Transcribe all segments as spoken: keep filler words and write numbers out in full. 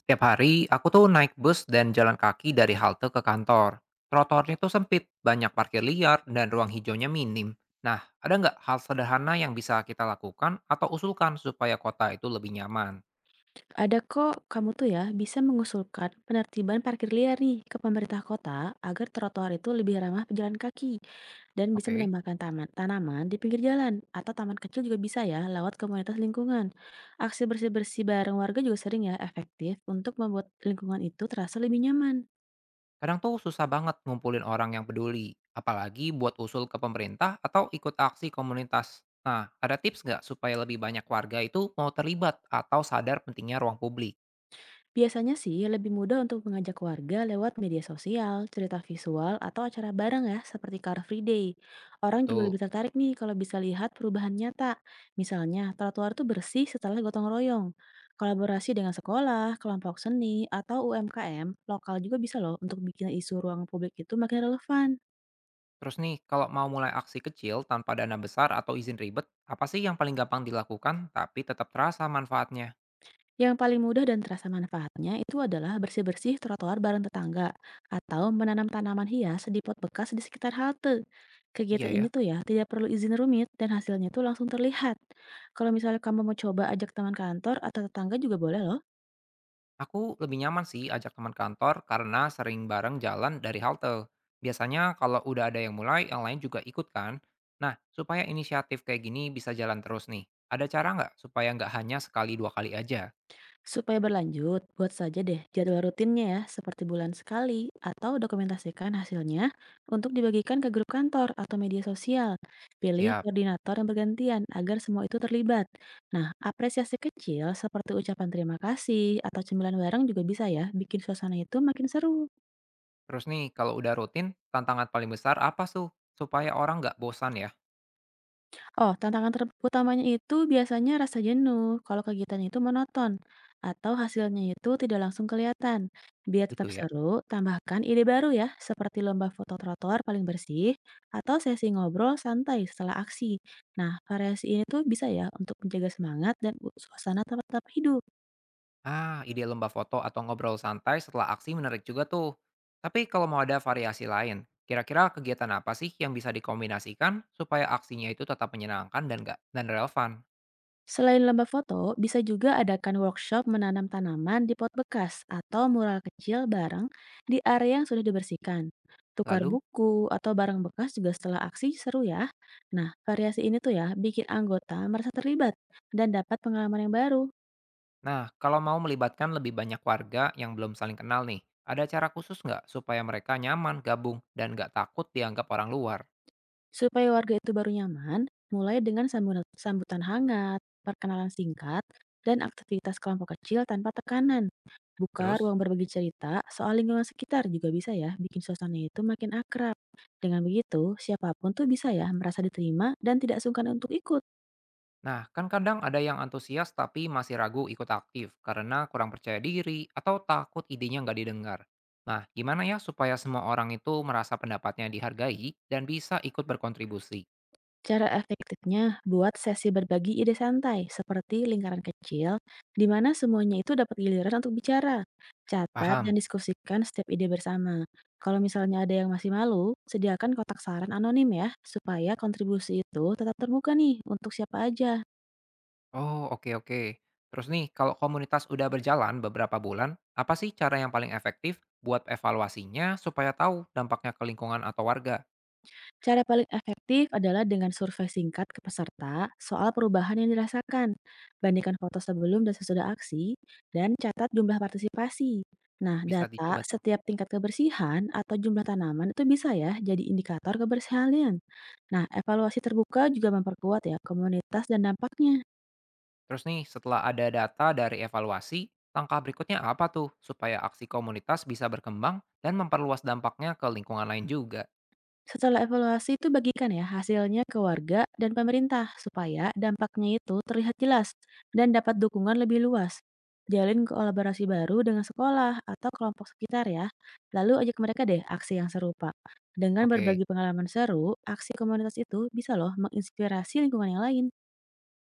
Setiap hari, aku tuh naik bus dan jalan kaki dari halte ke kantor. Trotoarnya tuh sempit, banyak parkir liar, dan ruang hijaunya minim. Nah, ada nggak hal sederhana yang bisa kita lakukan atau usulkan supaya kota itu lebih nyaman? Ada kok, kamu tuh ya bisa mengusulkan penertiban parkir liar nih ke pemerintah kota agar trotoar itu lebih ramah pejalan kaki dan bisa Oke, menambahkan taman tanaman di pinggir jalan atau taman kecil juga bisa ya lewat komunitas lingkungan. Aksi bersih-bersih bareng warga juga sering ya efektif untuk membuat lingkungan itu terasa lebih nyaman. kadang tuh susah banget ngumpulin orang yang peduli, apalagi buat usul ke pemerintah atau ikut aksi komunitas. Nah, ada tips nggak supaya lebih banyak warga itu mau terlibat atau sadar pentingnya ruang publik? Biasanya sih lebih mudah untuk mengajak warga lewat media sosial, cerita visual, atau acara bareng ya, seperti Car Free Day. Orang juga Betul. lebih tertarik nih kalau bisa lihat perubahan nyata. Misalnya, trotoar tuh bersih setelah gotong royong. Kolaborasi dengan sekolah, kelompok seni, atau U M K M, lokal juga bisa loh untuk bikin isu ruang publik itu makin relevan. Terus nih, kalau mau mulai aksi kecil tanpa dana besar atau izin ribet, apa sih yang paling gampang dilakukan tapi tetap terasa manfaatnya? Yang paling mudah dan terasa manfaatnya itu adalah bersih-bersih trotoar bareng tetangga atau menanam tanaman hias di pot bekas di sekitar halte. Kegiatan Iya ya, ini tuh ya tidak perlu izin rumit dan hasilnya tuh langsung terlihat. Kalau misalnya kamu mau coba ajak teman kantor atau tetangga juga boleh loh. aku lebih nyaman sih ajak teman kantor karena sering bareng jalan dari halte. Biasanya kalau udah ada yang mulai, yang lain juga ikut kan? Nah, supaya inisiatif kayak gini bisa jalan terus nih, ada cara nggak supaya nggak hanya sekali dua kali aja? Supaya berlanjut, buat saja deh jadwal rutinnya ya, seperti bulan sekali, atau dokumentasikan hasilnya untuk dibagikan ke grup kantor atau media sosial. Pilih Siap. koordinator yang bergantian agar semua itu terlibat. Nah, apresiasi kecil seperti ucapan terima kasih atau cemilan bareng juga bisa ya, bikin suasana itu makin seru. Terus nih, kalau udah rutin, tantangan paling besar apa tuh? Supaya orang nggak bosan ya? Oh, tantangan ter utamanya itu biasanya rasa jenuh kalau kegiatan itu monoton atau hasilnya itu tidak langsung kelihatan. Biar Gitu tetap ya. seru, tambahkan ide baru ya, seperti lomba foto trotoar paling bersih atau sesi ngobrol santai setelah aksi. Nah, variasi ini tuh bisa ya untuk menjaga semangat dan u- suasana tetap tetap hidup. Ah, ide lomba foto atau ngobrol santai setelah aksi menarik juga tuh. Tapi kalau mau ada variasi lain, kira-kira kegiatan apa sih yang bisa dikombinasikan supaya aksinya itu tetap menyenangkan dan gak dan relevan? Selain lomba foto, bisa juga adakan workshop menanam tanaman di pot bekas atau mural kecil bareng di area yang sudah dibersihkan. Tukar Lalu, buku atau barang bekas juga setelah aksi seru ya. Nah, variasi ini tuh ya bikin anggota merasa terlibat dan dapat pengalaman yang baru. nah kalau mau melibatkan lebih banyak warga yang belum saling kenal nih, ada cara khusus nggak supaya mereka nyaman gabung dan nggak takut dianggap orang luar? Supaya warga itu baru nyaman, mulai dengan sambutan, sambutan hangat, perkenalan singkat, dan aktivitas kelompok kecil tanpa tekanan. Buka ruang Terus? berbagi cerita soal lingkungan sekitar juga bisa ya bikin suasana itu makin akrab. Dengan begitu, siapapun tuh bisa ya merasa diterima dan tidak sungkan untuk ikut. Nah, kan kadang ada yang antusias tapi masih ragu ikut aktif karena kurang percaya diri atau takut idenya nggak didengar. Nah, gimana ya supaya semua orang itu merasa pendapatnya dihargai dan bisa ikut berkontribusi? Cara efektifnya, buat sesi berbagi ide santai, seperti lingkaran kecil, di mana semuanya itu dapat giliran untuk bicara. Catat dan Paham? diskusikan setiap ide bersama. Kalau misalnya ada yang masih malu, sediakan kotak saran anonim ya, supaya kontribusi itu tetap terbuka nih untuk siapa aja. Oh, oke oke. Terus nih, kalau komunitas udah berjalan beberapa bulan, apa sih cara yang paling efektif buat evaluasinya supaya tahu dampaknya ke lingkungan atau warga? Cara paling efektif adalah dengan survei singkat ke peserta soal perubahan yang dirasakan. Bandingkan foto sebelum dan sesudah aksi, dan catat jumlah partisipasi. Nah, Bisa data dicoba tuh. setiap tingkat kebersihan atau jumlah tanaman itu bisa ya jadi indikator kebersihan. Nah, evaluasi terbuka juga memperkuat ya komunitas dan dampaknya. Terus nih, setelah ada data dari evaluasi, langkah berikutnya apa tuh supaya aksi komunitas bisa berkembang dan memperluas dampaknya ke lingkungan lain juga? Setelah evaluasi itu bagikan ya hasilnya ke warga dan pemerintah supaya dampaknya itu terlihat jelas dan dapat dukungan lebih luas. Jalin kolaborasi baru dengan sekolah atau kelompok sekitar ya. Lalu ajak mereka deh aksi yang serupa. Dengan Oke, berbagi pengalaman seru, aksi komunitas itu bisa loh menginspirasi lingkungan yang lain.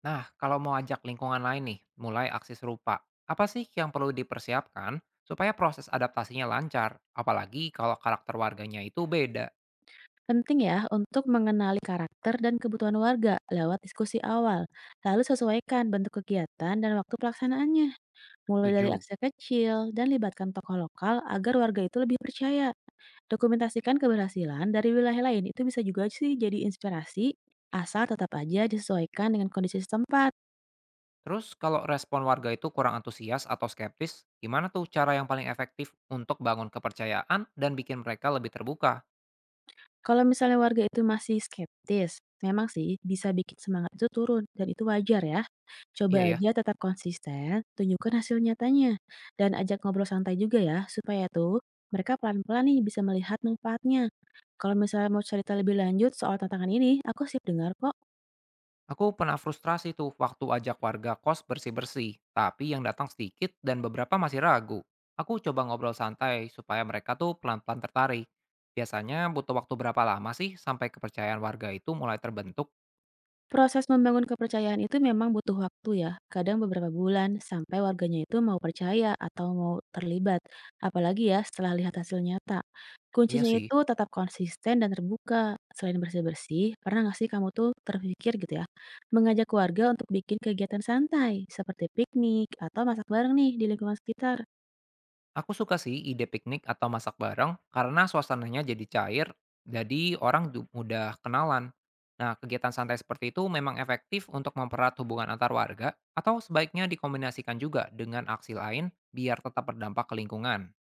nah kalau mau ajak lingkungan lain nih, mulai aksi serupa, apa sih yang perlu dipersiapkan supaya proses adaptasinya lancar? Apalagi kalau karakter warganya itu beda. Penting ya untuk mengenali karakter dan kebutuhan warga lewat diskusi awal, lalu sesuaikan bentuk kegiatan dan waktu pelaksanaannya. Mulai dari Tujuh. akses kecil dan libatkan tokoh lokal agar warga itu lebih percaya. Dokumentasikan keberhasilan dari wilayah lain itu bisa juga sih jadi inspirasi, asal tetap aja disesuaikan dengan kondisi setempat. Terus kalau respon warga itu kurang antusias atau skeptis, gimana tuh cara yang paling efektif untuk bangun kepercayaan dan bikin mereka lebih terbuka? Kalau misalnya warga itu masih skeptis, memang sih bisa bikin semangat itu turun dan itu wajar ya. Iya Coba ya. aja tetap konsisten, tunjukkan hasil nyatanya, dan ajak ngobrol santai juga ya supaya tuh mereka pelan-pelan nih bisa melihat manfaatnya. Kalau misalnya mau cerita lebih lanjut soal tantangan ini, aku siap dengar kok. Aku pernah frustrasi tuh waktu ajak warga kos bersih-bersih, tapi yang datang sedikit dan beberapa masih ragu. Aku coba ngobrol santai supaya mereka tuh pelan-pelan tertarik. Biasanya butuh waktu berapa lama sih sampai kepercayaan warga itu mulai terbentuk? Proses membangun kepercayaan itu memang butuh waktu ya, kadang beberapa bulan sampai warganya itu mau percaya atau mau terlibat, apalagi ya setelah lihat hasil nyata. Iya Kuncinya sih. itu tetap konsisten dan terbuka. Selain bersih-bersih, pernah nggak sih kamu tuh terpikir gitu ya, mengajak keluarga untuk bikin kegiatan santai, seperti piknik atau masak bareng nih di lingkungan sekitar? Aku suka sih ide piknik atau masak bareng karena suasananya jadi cair, jadi orang du- mudah kenalan. Nah, kegiatan santai seperti itu memang efektif untuk mempererat hubungan antar warga atau sebaiknya dikombinasikan juga dengan aksi lain biar tetap berdampak ke lingkungan.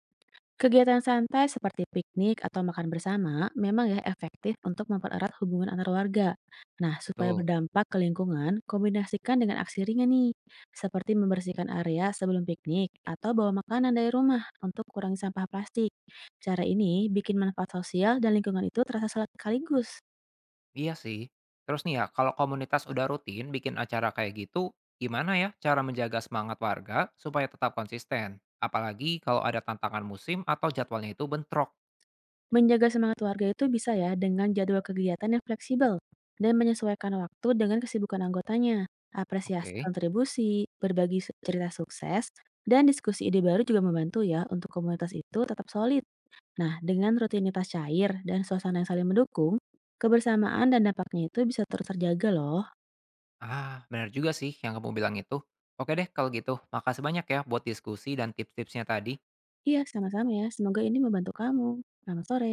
Kegiatan santai seperti piknik atau makan bersama memang ya efektif untuk mempererat hubungan antar warga. Nah, supaya Betul. berdampak ke lingkungan, kombinasikan dengan aksi ringan nih, seperti membersihkan area sebelum piknik atau bawa makanan dari rumah untuk kurangi sampah plastik. Cara ini bikin manfaat sosial dan lingkungan itu terasa sekaligus. Iya sih. Terus nih ya, kalau komunitas udah rutin bikin acara kayak gitu, gimana ya cara menjaga semangat warga supaya tetap konsisten? Apalagi kalau ada tantangan musim atau jadwalnya itu bentrok. Menjaga semangat warga itu bisa ya dengan jadwal kegiatan yang fleksibel dan menyesuaikan waktu dengan kesibukan anggotanya. Apresiasi Oke. kontribusi, berbagi su- cerita sukses, dan diskusi ide baru juga membantu ya untuk komunitas itu tetap solid. Nah, dengan rutinitas cair dan suasana yang saling mendukung, kebersamaan dan dampaknya itu bisa terus terjaga loh. Ah, benar juga sih yang kamu bilang itu. Oke deh kalau gitu, makasih banyak ya buat diskusi dan tips-tipsnya tadi. Iya, sama-sama ya. Semoga ini membantu kamu. Selamat sore.